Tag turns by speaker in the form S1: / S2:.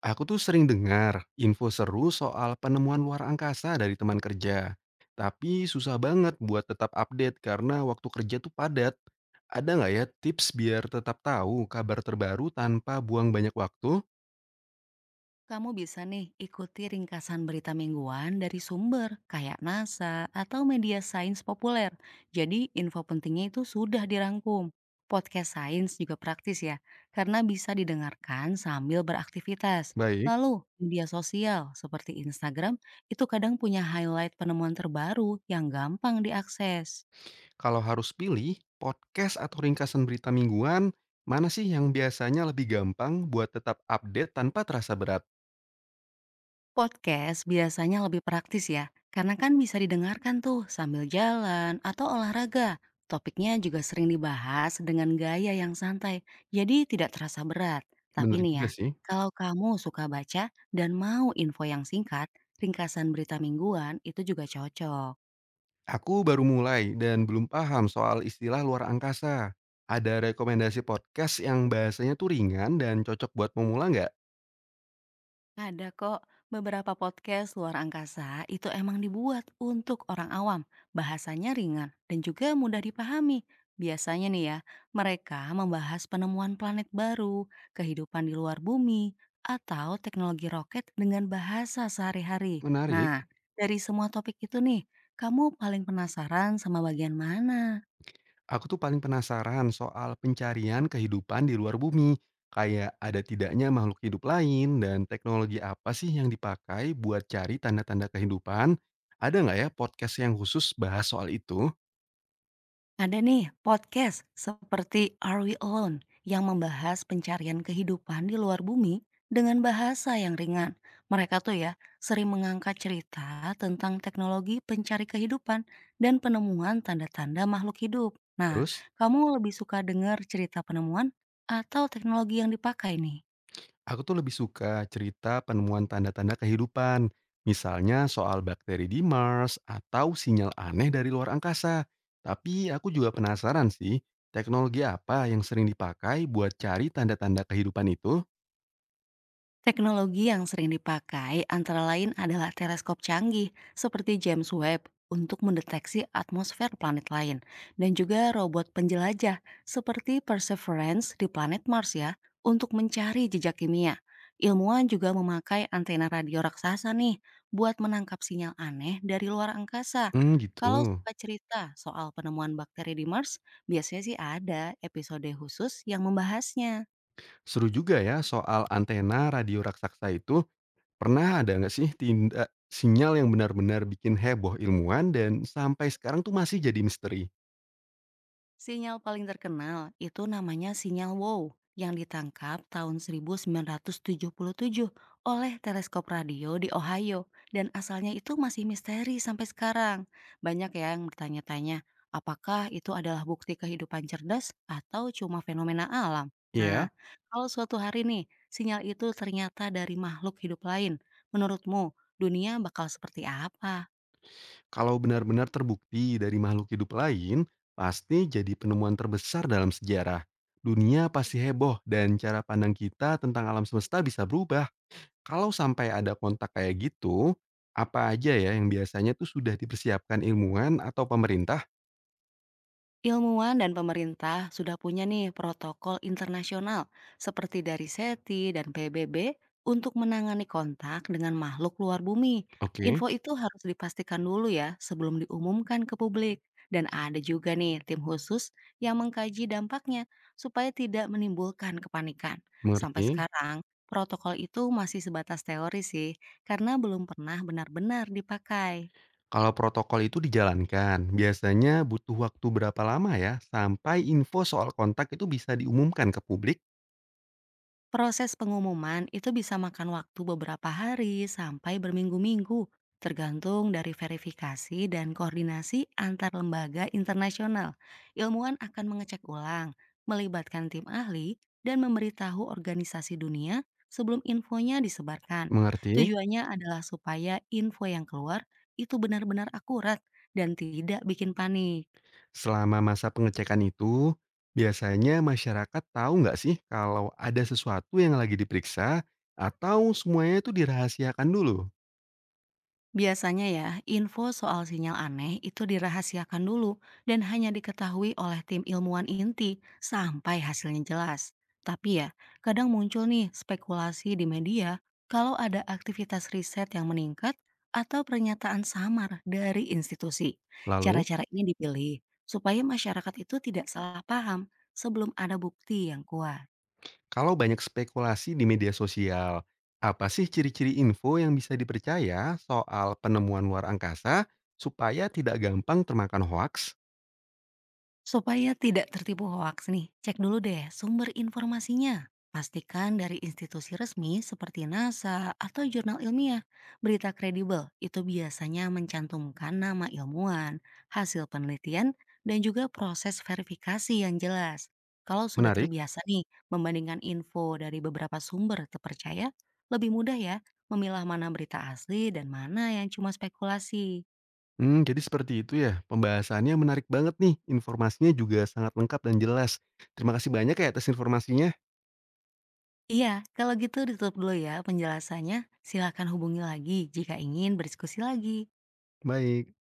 S1: Aku tuh sering dengar info seru soal penemuan luar angkasa dari teman kerja. Tapi susah banget buat tetap update karena waktu kerja tuh padat. Ada nggak ya tips biar tetap tahu kabar terbaru tanpa buang banyak waktu?
S2: Kamu bisa nih ikuti ringkasan berita mingguan dari sumber kayak NASA atau media sains populer. Jadi info pentingnya itu sudah dirangkum. Podcast sains juga praktis ya, karena bisa didengarkan sambil beraktivitas.
S1: Baik,
S2: Lalu media sosial seperti Instagram itu kadang punya highlight penemuan terbaru yang gampang diakses.
S1: kalau harus pilih podcast atau ringkasan berita mingguan, mana sih yang biasanya lebih gampang buat tetap update tanpa terasa berat?
S2: Podcast biasanya lebih praktis ya, karena kan bisa didengarkan tuh sambil jalan atau olahraga. Topiknya juga sering dibahas dengan gaya yang santai, jadi tidak terasa berat. Tapi
S1: Bener
S2: nih
S1: juga
S2: ya,
S1: sih.
S2: kalau kamu suka baca dan mau info yang singkat, ringkasan berita mingguan itu juga cocok.
S1: Aku baru mulai dan belum paham soal istilah luar angkasa. Ada rekomendasi podcast yang bahasanya tuh ringan dan cocok buat pemula nggak?
S2: Ada kok, beberapa podcast luar angkasa itu emang dibuat untuk orang awam. Bahasanya ringan dan juga mudah dipahami. Biasanya nih ya, mereka membahas penemuan planet baru, kehidupan di luar bumi, atau teknologi roket dengan bahasa sehari-hari.
S1: Menarik.
S2: Nah, dari semua topik itu nih, kamu paling penasaran sama bagian mana?
S1: Aku tuh paling penasaran soal pencarian kehidupan di luar bumi. Kayak ada tidaknya makhluk hidup lain dan teknologi apa sih yang dipakai buat cari tanda-tanda kehidupan? Ada nggak ya podcast yang khusus bahas soal itu?
S2: Ada nih podcast seperti Are We Alone yang membahas pencarian kehidupan di luar bumi dengan bahasa yang ringan. Mereka tuh ya sering mengangkat cerita tentang teknologi pencari kehidupan dan penemuan tanda-tanda makhluk hidup. Nah,
S1: Terus?
S2: kamu lebih suka dengar cerita penemuan atau teknologi yang dipakai nih?
S1: Aku tuh lebih suka cerita penemuan tanda-tanda kehidupan, misalnya soal bakteri di Mars atau sinyal aneh dari luar angkasa. Tapi aku juga penasaran sih, teknologi apa yang sering dipakai buat cari tanda-tanda kehidupan itu?
S2: Teknologi yang sering dipakai antara lain adalah teleskop canggih seperti James Webb untuk mendeteksi atmosfer planet lain dan juga robot penjelajah seperti Perseverance di planet Mars ya untuk mencari jejak kimia. Ilmuwan juga memakai antena radio raksasa nih buat menangkap sinyal aneh dari luar angkasa.
S1: Hmm, gitu.
S2: Kalau suka cerita soal penemuan bakteri di Mars, biasanya sih ada episode khusus yang membahasnya.
S1: Seru juga ya soal antena radio raksasa itu. Pernah ada nggak sih tindak sinyal yang benar-benar bikin heboh ilmuwan dan sampai sekarang tuh masih jadi misteri?
S2: Sinyal paling terkenal itu namanya sinyal WOW yang ditangkap tahun 1977 oleh teleskop radio di Ohio dan asalnya itu masih misteri sampai sekarang. Banyak ya yang bertanya-tanya, apakah itu adalah bukti kehidupan cerdas atau cuma fenomena alam? Nah,
S1: Iya.
S2: kalau suatu hari nih sinyal itu ternyata dari makhluk hidup lain, menurutmu dunia bakal seperti apa?
S1: Kalau benar-benar terbukti dari makhluk hidup lain, pasti jadi penemuan terbesar dalam sejarah. Dunia pasti heboh dan cara pandang kita tentang alam semesta bisa berubah. Kalau sampai ada kontak kayak gitu, apa aja ya yang biasanya tuh sudah dipersiapkan ilmuwan atau pemerintah?
S2: Ilmuwan dan pemerintah sudah punya nih protokol internasional seperti dari SETI dan PBB untuk menangani kontak dengan makhluk luar bumi.
S1: Oke.
S2: Info itu harus dipastikan dulu ya sebelum diumumkan ke publik. Dan ada juga nih tim khusus yang mengkaji dampaknya supaya tidak menimbulkan kepanikan. Sampai
S1: Mengerti?
S2: sekarang, protokol itu masih sebatas teori sih karena belum pernah benar-benar dipakai.
S1: Kalau protokol itu dijalankan, biasanya butuh waktu berapa lama ya sampai info soal kontak itu bisa diumumkan ke publik?
S2: Proses pengumuman itu bisa makan waktu beberapa hari sampai berminggu-minggu, tergantung dari verifikasi dan koordinasi antar lembaga internasional. Ilmuwan akan mengecek ulang, melibatkan tim ahli, dan memberitahu organisasi dunia sebelum infonya disebarkan.
S1: Mengerti?
S2: Tujuannya adalah supaya info yang keluar itu benar-benar akurat dan tidak bikin panik.
S1: Selama masa pengecekan itu, biasanya masyarakat tahu nggak sih kalau ada sesuatu yang lagi diperiksa atau semuanya itu dirahasiakan dulu?
S2: Biasanya ya, info soal sinyal aneh itu dirahasiakan dulu dan hanya diketahui oleh tim ilmuwan inti sampai hasilnya jelas. Tapi ya, kadang muncul nih spekulasi di media kalau ada aktivitas riset yang meningkat atau pernyataan samar dari institusi.
S1: Lalu,
S2: Cara-cara ini dipilih supaya masyarakat itu tidak salah paham sebelum ada bukti yang kuat.
S1: kalau banyak spekulasi di media sosial, apa sih ciri-ciri info yang bisa dipercaya soal penemuan luar angkasa supaya tidak gampang termakan hoaks?
S2: Supaya tidak tertipu hoaks nih, cek dulu deh sumber informasinya. Pastikan dari institusi resmi seperti NASA atau jurnal ilmiah. Berita kredibel itu biasanya mencantumkan nama ilmuwan, hasil penelitian, dan juga proses verifikasi yang jelas. Kalau sudah
S1: Menarik.
S2: terbiasa nih membandingkan info dari beberapa sumber terpercaya, lebih mudah ya memilah mana berita asli dan mana yang cuma spekulasi.
S1: Hmm, jadi seperti itu ya. Pembahasannya menarik banget nih. Informasinya juga sangat lengkap dan jelas. Terima kasih banyak ya atas informasinya.
S2: Iya, kalau gitu ditutup dulu ya penjelasannya. Silakan hubungi lagi jika ingin berdiskusi lagi.
S1: Baik.